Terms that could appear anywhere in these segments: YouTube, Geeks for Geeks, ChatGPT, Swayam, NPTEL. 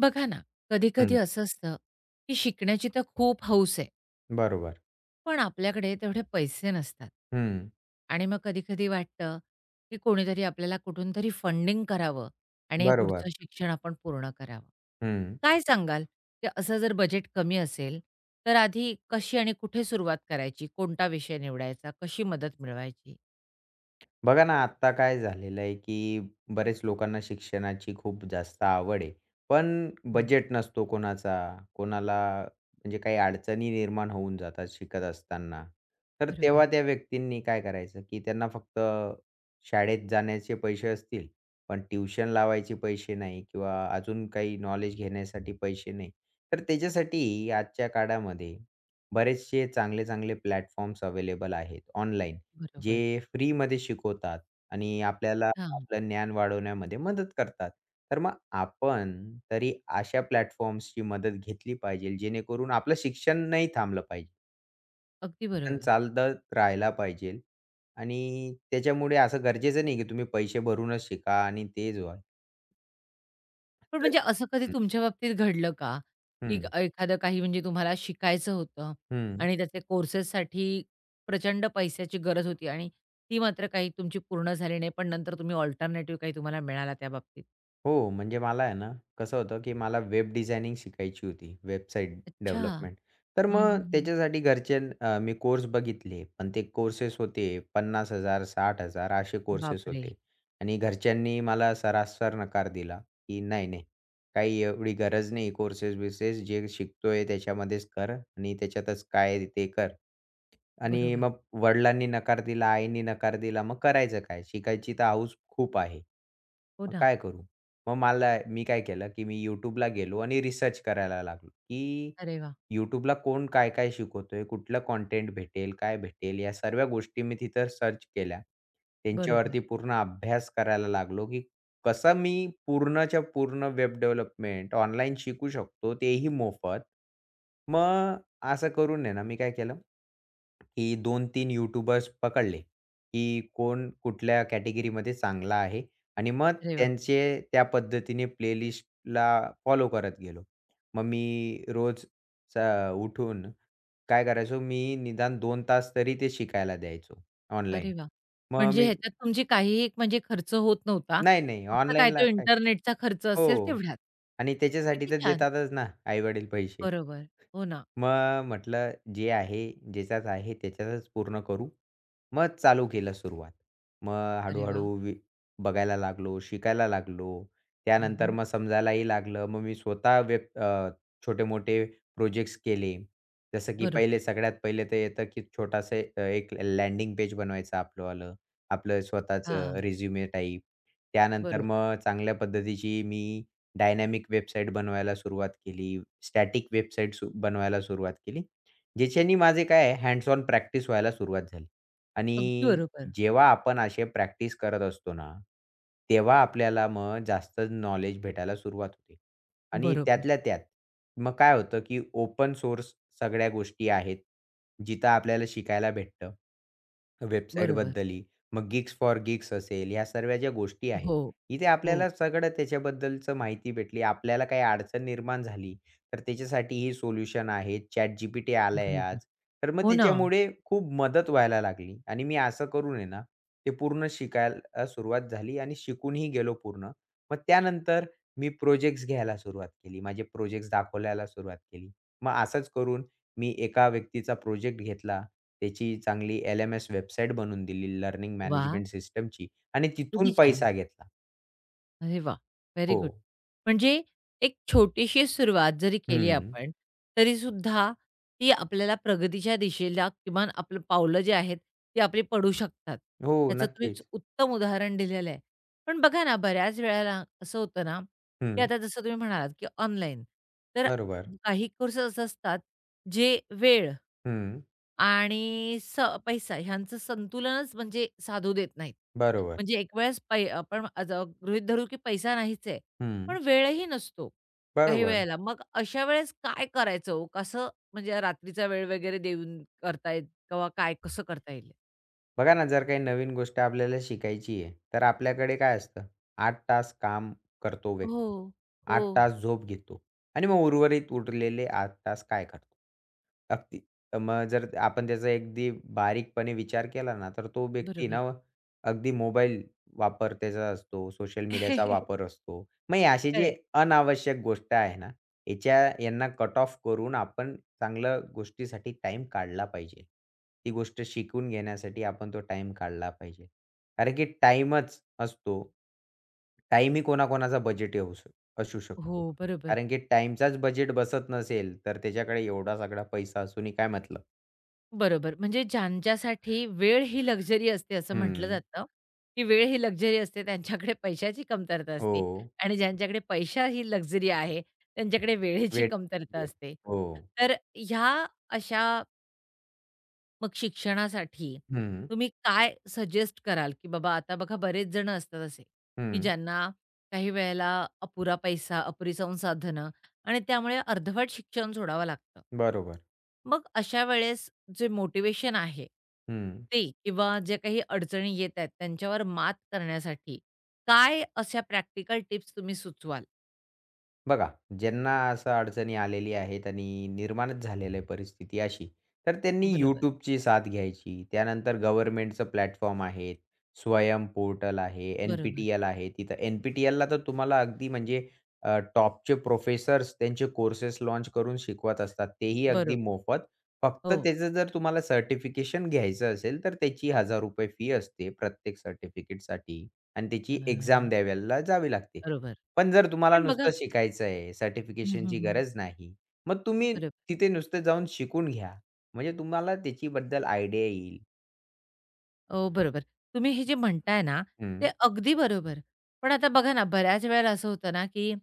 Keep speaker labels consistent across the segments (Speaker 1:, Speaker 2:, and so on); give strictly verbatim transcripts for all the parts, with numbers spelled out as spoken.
Speaker 1: बघा ना, कधी-कधी
Speaker 2: हं,
Speaker 1: असं असतं, की शिकण्याची तर खूप हौस आहे,
Speaker 2: बरोबर.
Speaker 1: पण आपल्याकडे तेवढे पैसे नसतात.
Speaker 2: हं,
Speaker 1: आणि मग कधी-कधी वाटतं, की कोणीतरी आपल्याला कुठून तरी फंडिंग करावं आणि हे पुढचं
Speaker 2: बरोबर.
Speaker 1: शिक्षण आपण पूर्ण करावं.
Speaker 2: हं.
Speaker 1: काय सांगाल, की असं जर बजेट कमी असेल, तर आधी कशी आणि कुठे सुरुवात करायची? कोणता विषय निवडायचा? कशी मदत मिळवायची?
Speaker 2: बघा ना, आत्ता काय झालेलं आहे, की बरेच लोकांना शिक्षणाची खूप जास्त आवड आहे. पण
Speaker 1: हो,
Speaker 2: बजेट नसतो कोणाचा. कोणाला म्हणजे काही अडचणी निर्माण होऊन जातात शिकत असताना. तर
Speaker 1: बरोबर,
Speaker 2: तेव्हा त्या व्यक्तींनी काय करायचं, की त्यांना फक्त शाळेत जाण्याचे पैसे असतील, पण ट्यूशन लावायचे पैसे नाही किंवा अजून काही नॉलेज घेण्यासाठी पैसे नाही. तर त्याच्यासाठी आजच्या काळामध्ये बरेचसे चांगले-चांगले प्लॅटफॉर्म्स अवेलेबल आहेत ऑनलाईन.
Speaker 1: बरोबर.
Speaker 2: जे फ्रीमध्ये शिकवतात आणि आपल्याला
Speaker 1: अच्छा,
Speaker 2: आपलं ज्ञान वाढवण्यामध्ये मदत करतात. तर मग आपण तरी अशा प्लॅटफॉर्म्सची मदत घेतली पाहिजे, जेणेकरून आपलं शिक्षण नाही थांबलं पाहिजे.
Speaker 1: अगदी
Speaker 2: शिक्षण
Speaker 1: बरोबर.
Speaker 2: चालत राहायला पाहिजे आणि त्याच्यामुळे असं गरजेचं नाही, की तुम्ही पैसे भरूनच शिका आणि तेच व्हा.
Speaker 1: पण म्हणजे असं कधी तुमच्या बाबतीत घडलं का?
Speaker 2: हं,
Speaker 1: की
Speaker 2: हं,
Speaker 1: एखादं काही म्हणजे तुम्हाला शिकायचं होतं आणि त्याचे कोर्सेससाठी प्रचंड पैशाची गरज होती आणि ती मात्र काही तुमची पूर्ण झाली नाही, पण नंतर तुम्ही अल्टरनेटिव्ह काही तुम्हाला मिळाला त्या बाबतीत?
Speaker 2: हो, म्हणजे मला आहे ना, कसं होतं, की मला वेब डिझायनिंग शिकायची होती, वेबसाईट
Speaker 1: अच्छा.
Speaker 2: डेव्हलपमेंट. तर
Speaker 1: हं, हं,
Speaker 2: मग
Speaker 1: हं.
Speaker 2: त्याच्यासाठी घरचे अ, मी कोर्स बघितले, पण ते कोर्सेस होते पन्नास हजार, साठ हजार असे कोर्सेस
Speaker 1: बापरे!
Speaker 2: होते. आणि घरच्यांनी मला सरासर नकार दिला, की "नाही, नाही, काही एवढी गरज नाही कोर्सेस-बिर्सेस, जे शिकतोय त्याच्यामध्येच कर आणि त्याच्यातच काय ते कर." आणि
Speaker 1: बरोबर.
Speaker 2: मग वडिलांनी नकार दिला, आईनी नकार दिला. मग करायचं काय? शिकायची तर हौस खूप आहे.
Speaker 1: हो
Speaker 2: मग
Speaker 1: ना.
Speaker 2: काय करू? मग मला मी काय केलं, की मी YouTubeला गेलो आणि रिसर्च करायला लागलो, की
Speaker 1: अरे वाह!
Speaker 2: YouTubeला कोण काय-काय शिकवतोय, कुठलं कंटेंट भेटेल, काय भेटेल या सर्व गोष्टी मी तिथं सर्च केल्या.
Speaker 1: बरोबर.
Speaker 2: त्यांच्यावरती पूर्ण अभ्यास करायला लागलो, की कसं मी पूर्णच्या पूर्ण वेब डेव्हलपमेंट ऑनलाईन शिकू शकतो, तेही मोफत. मग असं करून आहे ना, मी काय केलं, की दोन तीन यूट्यूबर्स पकडले, की कोण कुठल्या कॅटेगरीमध्ये चांगला आहे आणि मग
Speaker 1: अरे वाह!
Speaker 2: त्यांचे त्या पद्धतीने प्लेलिस्टला फॉलो करत गेलो. मग मी रोज स उठून काय करायचो, मी निदान दोन तास तरी ते शिकायला द्यायचो ऑनलाईन.
Speaker 1: अरे वाह!
Speaker 2: मग
Speaker 1: म्हणजे
Speaker 2: मी
Speaker 1: ह्याच्यात तुमची काहीही एक म्हणजे खर्च होत नव्हता.
Speaker 2: नाही, नाही
Speaker 1: फक्त काय
Speaker 2: ऑनलाईनला
Speaker 1: तो
Speaker 2: काय
Speaker 1: इंटरनेटचा खर्च असेल
Speaker 2: हो
Speaker 1: तेवढाच.
Speaker 2: आणि त्याच्यासाठी
Speaker 1: किती
Speaker 2: तर
Speaker 1: छान.
Speaker 2: देतातच ना आई-वडील पैसे.
Speaker 1: बरोबर. हो ना.
Speaker 2: मग म्हटलं जे आहे, ज्याच्याच आहे त्याच्यातच पूर्ण करू. मग चालू केलं सुरुवात. मग
Speaker 1: अरे
Speaker 2: हळू-हळू
Speaker 1: वाह!
Speaker 2: वि बघायला लागलो, शिकायला लागलो. त्यानंतर मग समजायलाही लागलं. मग मी स्वतः व्यक्त अ, छोटे-मोठे प्रोजेक्ट्स केले. जसं की
Speaker 1: बरोबर.
Speaker 2: पहिले सगळ्यात पहिले तर येतं की छोटासा अ, एक लँडिंग पेज बनवायचं आपलंवालं. आपलं
Speaker 1: अच्छा.
Speaker 2: स्वतःचं
Speaker 1: हां,
Speaker 2: रिझ्युमे टाइप. त्यानंतर
Speaker 1: बरोबर.
Speaker 2: मग चांगल्या पद्धतीची मी डायनॅमिक वेबसाईट बनवायला सुरुवात केली, स्टॅटिक वेबसाईट सु बनवायला सुरुवात केली. ज्याच्यानी माझे काय आहे हँड्स ऑन प्रॅक्टिस व्हायला सुरुवात झाली.
Speaker 1: अगदी
Speaker 2: आणि
Speaker 1: बरोबर.
Speaker 2: जेव्हा आपण असे प्रॅक्टिस करत असतो ना, तेव्हा आपल्याला मग जास्त नॉलेज भेटायला सुरुवात होते. आणि
Speaker 1: बरोबर,
Speaker 2: त्यातल्या त्यात मग काय होतं, की ओपन सोर्स सगळ्या गोष्टी आहेत. जिथं आपल्याला शिकायला भेटतं.
Speaker 1: बरोबर.
Speaker 2: वेबसाईटबद्दलही. मग Geeks for Geeks असेल, ह्या सर्व ज्या गोष्टी आहेत
Speaker 1: हो,
Speaker 2: इथे
Speaker 1: हो.
Speaker 2: आपल्याला सगळं त्याच्याबद्दलचं माहिती भेटली. आपल्याला काही अडचण निर्माण झाली, तर त्याच्यासाठी हे सोल्युशन आहे. ChatGPT आलंय आज.
Speaker 1: बरोबर.
Speaker 2: तर मग
Speaker 1: हो ना.
Speaker 2: त्याच्यामुळे खूप मदत व्हायला लागली आणि मी असं करून आहे ना, ते पूर्ण शिकायला सुरुवात झाली आणि शिकूनही गेलो पूर्ण. मग त्यानंतर मी प्रोजेक्ट्स घ्यायला सुरुवात केली. माझे प्रोजेक्ट्स दाखवायला सुरुवात केली. मग असंच करून मी एका व्यक्तीचा प्रोजेक्ट घेतला. त्याची चांगली एल-एम-एस वेबसाईट बनवून दिली लर्निंग
Speaker 1: वा,
Speaker 2: मॅनेजमेंट सिस्टमची आणि तिथून
Speaker 1: किती छान.
Speaker 2: पैसा घेतला.
Speaker 1: अरे वाह! व्हेरी
Speaker 2: हो.
Speaker 1: गुड. म्हणजे एक छोटीशी सुरुवात जरी केली
Speaker 2: हं.
Speaker 1: आपण, तरी सुद्धा ती आपल्याला प्रगतीच्या दिशेला किमान आपलं पावलं जे आहेत, ती आपली पडू शकतात.
Speaker 2: हो,
Speaker 1: ह्याचं तुम्ही स-
Speaker 2: नक्कीच.
Speaker 1: उत्तम उदाहरण दिलेलं आहे. पण बघा ना, बऱ्याच वेळेला असं होतं ना, की
Speaker 2: हं.
Speaker 1: आता जसं तुम्ही म्हणालात, की ऑनलाईन. तर
Speaker 2: बरोबर.
Speaker 1: काही कोर्सेस असे असतात, जे वेळ
Speaker 2: हं.
Speaker 1: आणि स पैसा ह्यांचं संतुलनच म्हणजे साधू देत नाहीत.
Speaker 2: बरोबर.
Speaker 1: म्हणजे एक वेळेस पै आपण आज गृहीत धरू की पैसा नाहीच आहे.
Speaker 2: हं.
Speaker 1: पण वेळही नसतो काही
Speaker 2: बरोबर.
Speaker 1: वेळेला. मग अशा वेळेस काय करायचं हो? कसं म्हणजे रात्रीचा वेळ वगैरे देऊन करता येईल किंवा काय कसं करता येईल?
Speaker 2: बघा ना, जर काही नवीन गोष्ट आपल्याला शिकायची आहे, तर आपल्याकडे काय असतं, आठ तास काम करतो व्यक्ती,
Speaker 1: हो, हो.
Speaker 2: आठ तास झोप घेतो आणि मग उर्वरित उरलेले आठ तास काय करतो? अगदी मग जर आपण त्याचा अगदी बारीकपणे विचार केला ना, तर तो व्यक्ती
Speaker 1: बरोबर.
Speaker 2: ना अगदी मोबाईल वापर त्याचा असतो, सोशल मीडियाचा वापर असतो. मग हे असे जे
Speaker 1: खरंय.
Speaker 2: अनावश्यक गोष्ट आहे ना, याच्या यांना कट ऑफ करून आपण चांगल्या गोष्टीसाठी टाईम काढला पाहिजे. ती गोष्ट शिकून घेण्यासाठी आपण तो टाईम काढला पाहिजे. कारण की टाईमच असतो. टाईमही कोणाकोणाचा बजेट येऊ शक असू
Speaker 1: हो,
Speaker 2: शकतो.
Speaker 1: बरोबर.
Speaker 2: कारण की टाईमचाच बजेट बसत नसेल, तर त्याच्याकडे एवढा सगळा पैसा असूनही काय मतलब?
Speaker 1: बरोबर. म्हणजे ज्यांच्यासाठी वेळ ही लक्झरी असते असं म्हटलं
Speaker 2: हं.
Speaker 1: जातं, की वेळ ही लक्झरी असते त्यांच्याकडे पैशाची कमतरता
Speaker 2: हो.
Speaker 1: असते आणि ज्यांच्याकडे पैसा ही लक्झरी आहे, त्यांच्याकडे वेळेची
Speaker 2: वेळ
Speaker 1: कमतरता असते.
Speaker 2: हो.
Speaker 1: तर ह्या अशा मग शिक्षणासाठी
Speaker 2: हं,
Speaker 1: तुम्ही काय सजेस्ट कराल, की बाबा आता बघा बरेच जण असतात असे, की
Speaker 2: हं.
Speaker 1: ज्यांना काही वेळेला अपुरा पैसा, अपुरी संसाधनं आणि त्यामुळे अर्धवट शिक्षण सोडावं लागतं.
Speaker 2: बरोबर.
Speaker 1: मग अशा वेळेस जे मोटिव्हेशन आहे,
Speaker 2: हं.
Speaker 1: ते किंवा जे काही अडचणी येत आहेत, त्यांच्यावर मात करण्यासाठी काय अशा प्रॅक्टिकल टिप्स तुम्ही सुचवाल?
Speaker 2: बघा, ज्यांना असं अडचणी आलेल्या आहेत आणि निर्माणच झालेली आहे परिस्थिती अशी, तर त्यांनी
Speaker 1: बरोबर,
Speaker 2: YouTubeची साथ घ्यायची. त्यानंतर गव्हर्नमेंटचं प्लॅटफॉर्म आहेत, स्वयं पोर्टल आहे,
Speaker 1: बरोबर,
Speaker 2: एन-पी-टी-एल आहे. तिथं एन-पी-टी-एलला तर तुम्हाला अगदी म्हणजे टॉपचे प्रोफेसर्स त्यांचे कोर्सेस लाँच करून शिकवत असतात. तेही अगदी
Speaker 1: बरोबर.
Speaker 2: मोफत. फक्त
Speaker 1: हो.
Speaker 2: त्याचं जर तुम्हाला सर्टिफिकेशन घ्यायचं असेल, तर त्याची ₹एक हजार फी असते प्रत्येक सर्टिफिकेटसाठी आणि
Speaker 1: अ,
Speaker 2: त्याची एक्झाम द्यायला जावी लागते.
Speaker 1: बरोबर.
Speaker 2: पण जर तुम्हाला
Speaker 1: पण बघा
Speaker 2: नुसतं शिकायचं आहे,
Speaker 1: हं, हं,
Speaker 2: सर्टिफिकेशनची
Speaker 1: हं.
Speaker 2: गरज नाही. मग तुम्ही
Speaker 1: बरोबर.
Speaker 2: तिथे नुसतं जाऊन शिकून घ्या. म्हणजे तुम्हाला त्याच्याबद्दल आयडिया येईल.
Speaker 1: हो, बरोबर. तुम्ही हे जे म्हणताय ना, ते
Speaker 2: हं,
Speaker 1: अगदी बरोबर. पण आता बघा ना, बऱ्याच वेळेला असं होतं ना, की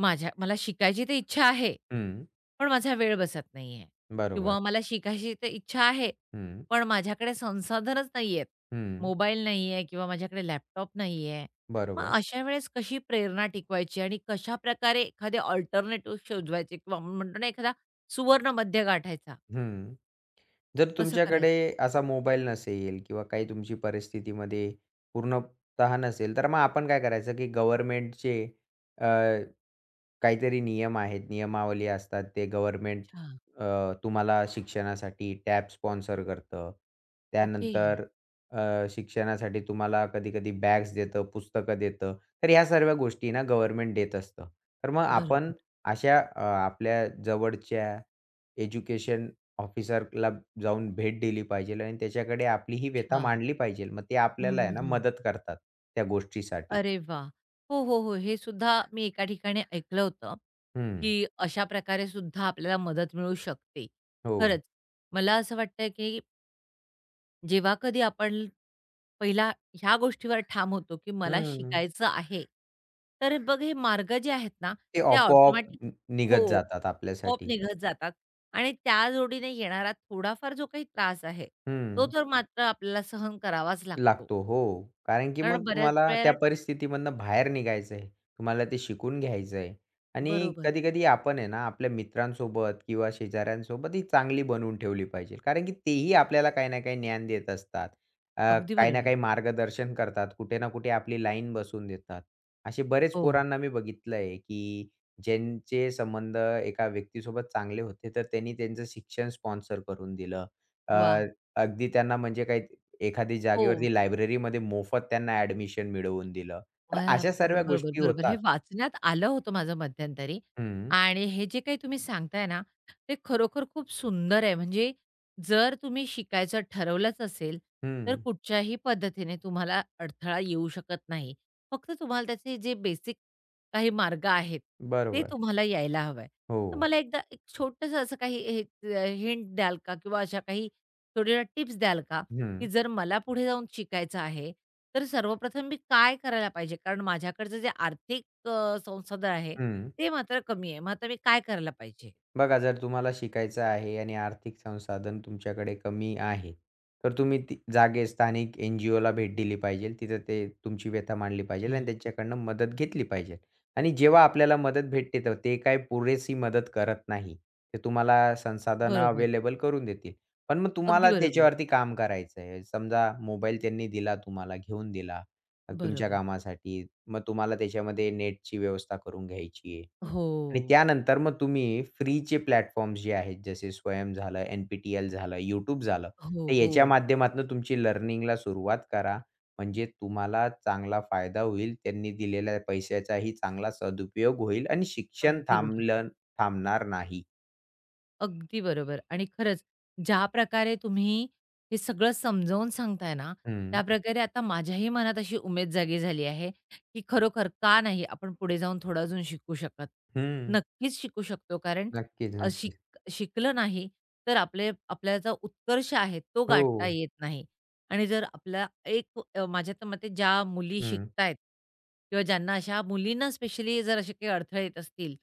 Speaker 1: माझ्या मला शिकायची तर इच्छा आहे,
Speaker 2: हं.
Speaker 1: पण माझा वेळ बसत नाहीये किंवा
Speaker 2: बरोबर.
Speaker 1: मला शिकायची तर इच्छा आहे,
Speaker 2: हं,
Speaker 1: पण माझ्याकडे संसाधनच नाहीयेत.
Speaker 2: हं.
Speaker 1: मोबाईल नाहीये किंवा माझ्याकडे लॅपटॉप नाहीये. मग
Speaker 2: बरोबर.
Speaker 1: अशा वेळेस कशी प्रेरणा टिकवायची आणि कशाप्रकारे एखादे अल्टरनेटिव्ह शोधवायचे किंवा आपण म्हणतो ना एखादा सुवर्ण मध्य गाठायचा.
Speaker 2: हं. जर
Speaker 1: कसं
Speaker 2: तुमच्याकडे
Speaker 1: करायचं?
Speaker 2: असा मोबाईल नसेल किंवा काही तुमची परिस्थितीमध्ये पूर्णतः नसेल, तर मग आपण काय करायचं, की गव्हर्नमेंटचे काहीतरी नियम आहेत, नियमावली असतात. ते गव्हर्नमेंट
Speaker 1: अच्छा.
Speaker 2: अ, तुम्हाला शिक्षणासाठी टॅब स्पॉन्सर करतं.
Speaker 1: ओके.
Speaker 2: त्यानंतर अ, शिक्षणासाठी तुम्हाला कधी-कधी बॅग्स देतं, पुस्तकं देतं. तर ह्या सर्व गोष्टी ना गव्हर्नमेंट देत असतं. तर मग आपण
Speaker 1: बरोबर.
Speaker 2: अशा अ, आपल्या जवळच्या एज्युकेशन ऑफिसरला जाऊन भेट दिली पाहिजेल आणि त्याच्याकडे आपली ही व्यथा
Speaker 1: अच्छा.
Speaker 2: मांडली पाहिजेल. मग ते
Speaker 1: हं,
Speaker 2: आपल्याला आहे ना
Speaker 1: हं,
Speaker 2: मदत करतात त्या गोष्टीसाठी.
Speaker 1: अरे वा, हो, हो, हो. हे सुद्धा मी एका ठिकाणी ऐकलं होतं,
Speaker 2: हं.
Speaker 1: की अशा प्रकारे सुद्धा आपल्याला मदत मिळू शकते.
Speaker 2: हो.
Speaker 1: खरंच, मला असं वाटतं, की जेव्हा कधी आपण पहिला ह्या गोष्टीवर ठाम होतो, की मला
Speaker 2: बरं.
Speaker 1: शिकायचं आहे, तर बघ हे मार्ग जे आहेत ना,
Speaker 2: ते
Speaker 1: ते
Speaker 2: आपोआप
Speaker 1: ऑटोमॅटिक
Speaker 2: न
Speaker 1: हो,
Speaker 2: निघत जातात
Speaker 1: आपोआप
Speaker 2: आपल्यासाठी.
Speaker 1: निघत जातात आणि त्या जोडीने येणारा थोडाफार जो काही त्रास आहे, तो
Speaker 2: हं.
Speaker 1: तर मात्र आपल्याला सहन करावाच लागतो.
Speaker 2: लागतो. हो. कारण की
Speaker 1: कारण
Speaker 2: मग
Speaker 1: बऱ्याच
Speaker 2: तुम्हाला
Speaker 1: वेळेला
Speaker 2: त्या परिस्थितीमधनं बाहेर निघायचं आहे. तुम्हाला ते शिकून घ्यायचं आहे. आणि
Speaker 1: बरोबर.
Speaker 2: कधी-कधी आपण आहे ना, आपल्या मित्रांसोबत किंवा शेजाऱ्यांसोबत ही चांगली बनवून ठेवली पाहिजे. कारण की तेही आपल्याला काही ना काही ज्ञान देत असतात. अ,
Speaker 1: अगदी
Speaker 2: काही ना
Speaker 1: बरोबर.
Speaker 2: काही मार्गदर्शन करतात. कुठे ना कुठे आपली लाईन बसवून देतात. असे बरेच
Speaker 1: हो.
Speaker 2: पोरांना मी बघितलं आहे, की ज्यांचे संबंध एका व्यक्तीसोबत चांगले होते, तर त्यांनी त्यांचं शिक्षण स्पॉन्सर करून दिलं. अ,
Speaker 1: वाह!
Speaker 2: अगदी त्यांना म्हणजे काही एखादी
Speaker 1: हो.
Speaker 2: जागेवरती लायब्ररीमध्ये मोफत त्यांना ॲडमिशन मिळवून दिलं.
Speaker 1: अ,
Speaker 2: तर
Speaker 1: हं.
Speaker 2: अशा सर्व
Speaker 1: बरोबर,
Speaker 2: गोष्टी
Speaker 1: बरोबर. हे
Speaker 2: होतात.
Speaker 1: वाचण्यात आलं होतं माझं मध्यंतरी
Speaker 2: हं,
Speaker 1: आणि हे जे काही तुम्ही सांगताय ना, ते खरोखर खूप सुंदर आहे. म्हणजे जर तुम्ही शिकायचं ठरवलंच असेल, तर
Speaker 2: हं.
Speaker 1: कुठच्याही पद्धतीने तुम्हाला अडथळा येऊ शकत नाही. फक्त तुम्हाला त्याचे जे बेसिक काही मार्ग आहेत, ते
Speaker 2: बरोबर.
Speaker 1: तुम्हाला यायला हवंय.
Speaker 2: हो.
Speaker 1: तर मला एकदा एक छोटंसं असं काही हिंट द्याल का? किंवा अशा काही थोड्या टिप्स द्याल का? की
Speaker 2: हं,
Speaker 1: जर मला पुढे जाऊन शिकायचं आहे, तर सर्वप्रथम मी काय करायला पाहिजे? कारण माझ्याकडचं जे आर्थिक अ, संसाधन आहे,
Speaker 2: हं.
Speaker 1: ते मात्र कमी आहे. मग आता मी काय करायला पाहिजे?
Speaker 2: बघा, जर तुम्हाला शिकायचं आहे आणि आर्थिक संसाधन तुमच्याकडे कमी आहे, तर तुम्ही ती जागे स्थानिक एन-जी-ओला भेट दिली पाहिजे. तिथं ते तुमची व्यथा मांडली पाहिजे
Speaker 1: अच्छा.
Speaker 2: आणि त्यांच्याकडनं मदत घेतली पाहिजे. आणि जेव्हा आपल्याला मदत भेटते, तर ते काय पुरेशी मदत करत नाही. ते तुम्हाला संसाधनं
Speaker 1: बरोबर.
Speaker 2: अवेलेबल करून देतील. पण मग
Speaker 1: अगदी
Speaker 2: तुम्हाला
Speaker 1: बरोबर.
Speaker 2: त्याच्यावरती काम करायचं आहे. समजा मोबाईल त्यांनी दिला तुम्हाला, घेऊन दिला अ, तुमच्या
Speaker 1: बरोबर.
Speaker 2: कामासाठी. मग तुम्हाला त्याच्यामध्ये नेटची व्यवस्था करून घ्यायची आहे.
Speaker 1: हो.
Speaker 2: आणि त्यानंतर मग तुम्ही फ्रीचे प्लॅटफॉर्म्स जे आहेत, जसे स्वयं झालं, एन-पी-टी-एल झालं, YouTube झालं,
Speaker 1: हो,
Speaker 2: तर याच्या
Speaker 1: हो.
Speaker 2: माध्यमातून तुमची लर्निंगला सुरुवात करा. म्हणजे तुम्हाला चांगला फायदा होईल. त्यांनी दिलेल्या पैशाचाही चांगला सदुपयोग होईल आणि शिक्षण
Speaker 1: अगदी बरोबर.
Speaker 2: थांबलं थांबणार नाही.
Speaker 1: अगदी बरोबर आणि खरंच ज्या प्रकारे तुम्ही हे सगळं समजावून सांगताय ना,
Speaker 2: हं,
Speaker 1: त्या
Speaker 2: नक्कीच,
Speaker 1: प्रकारे आता माझ्याही मनात अशी उमेद जागी झाली आहे, की खरोखर का नाही आपण पुढे जाऊन थोडं अजून शिकू शकत? नक्कीच शिकू शकतो कारण
Speaker 2: नक्कीच.
Speaker 1: अ, शिक
Speaker 2: नक्कीच,
Speaker 1: शिकलं नाही तर आपले आपल्याचा उत्कर्ष आहे तो
Speaker 2: हो.
Speaker 1: गाठता येत नाही. आणि जर आपल्या एक अ, माझ्या तर मते ज्या मुली
Speaker 2: बरोबर आहे.
Speaker 1: शिकतायत किंवा ज्यांना अशा मुलींना स्पेशली जर असे काही अडथळे येत असतील,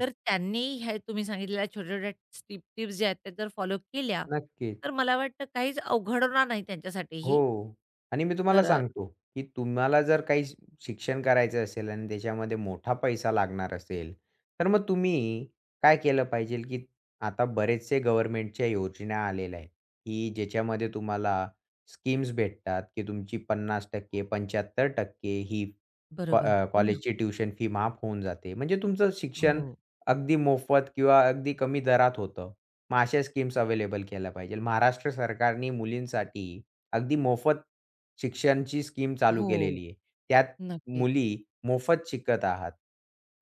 Speaker 1: तर त्यांनी ह्या तुम्ही सांगितलेल्या छोट्या-छोट्या स्टीप टिप्स ज्या आहेत त्या जर फॉलो केल्या,
Speaker 2: नक्कीच.
Speaker 1: तर मला वाटतं काहीच अवघड होणार नाही त्यांच्यासाठीही.
Speaker 2: हो. आणि मी तुम्हाला
Speaker 1: तर अ,
Speaker 2: सांगतो, की तुम्हाला जर काही शि शिक्षण करायचं असेल आणि त्याच्यामध्ये मोठा पैसा लागणार असेल, तर मग तुम्ही काय केलं पाहिजेल, की आता बरेचसे गव्हर्नमेंटच्या योजना आलेल्या आहेत, की ज्याच्यामध्ये तुम्हाला स्कीम्स भेटतात, की तुमची पन्नास टक्के पंच्याहत्तर टक्के ही कॉ
Speaker 1: बरोबर.
Speaker 2: अ,
Speaker 1: हो ना.
Speaker 2: कॉलेजची ट्युशन फी माफ होऊन जाते. म्हणजे तुमचं
Speaker 1: हो.
Speaker 2: शिक्षण अगदी मोफत किंवा अगदी कमी दरात होतं. मग अशा स्कीम्स अवेलेबल केल्या पाहिजेल. महाराष्ट्र सरकारने मुलींसाठी अगदी मोफत शिक्षणची स्कीम चालू
Speaker 1: हो.
Speaker 2: केलेली आहे. त्यात
Speaker 1: नक्कीच.
Speaker 2: मुली मोफत शिकत आहात.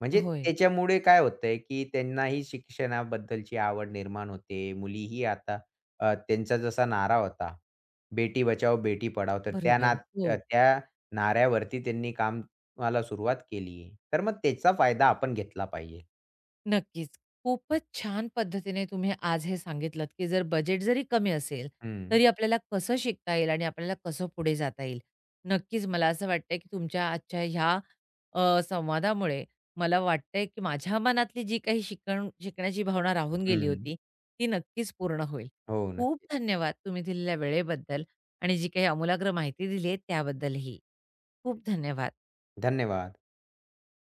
Speaker 2: म्हणजे
Speaker 1: होय.
Speaker 2: त्याच्यामुळे काय होतंय, की त्यांनाही शिक्षणाबद्दलची आवड निर्माण होते. मुलीही आता अ, त्यांचा जसा नारा होता, "बेटी बचाओ, बेटी पढाओ." तर त्या ना
Speaker 1: बरोबर. हो.
Speaker 2: अ, त्या नाऱ्यावरती त्यांनी कामाला सुरुवात केली आहे. तर मग त्याचा फायदा आपण घेतला पाहिजे.
Speaker 1: नक्कीच. खूपच छान पद्धतीने तुम्ही आज हे सांगितलत, की जर बजेट जरी कमी असेल,
Speaker 2: हं,
Speaker 1: तरी आपल्याला कसं शिकता येईल आणि आपल्याला कसं पुढे जाता येईल. नक्कीच मला असं वाटतंय, की तुमच्या आजच्या ह्या अ, संवादामुळे मला वाटतंय, की माझ्या मनातली जी काही शिकण शिकण्याची भावना राहून गेली
Speaker 2: हं.
Speaker 1: होती, ती नक्कीच पूर्ण होईल.
Speaker 2: हो,
Speaker 1: खूप
Speaker 2: नक्कीच.
Speaker 1: धन्यवाद तुम्ही दिलेल्या वेळेबद्दल आणि जी काही अमूलाग्र माहिती दिली आहे त्याबद्दलही. खूप धन्यवाद.
Speaker 2: धन्यवाद.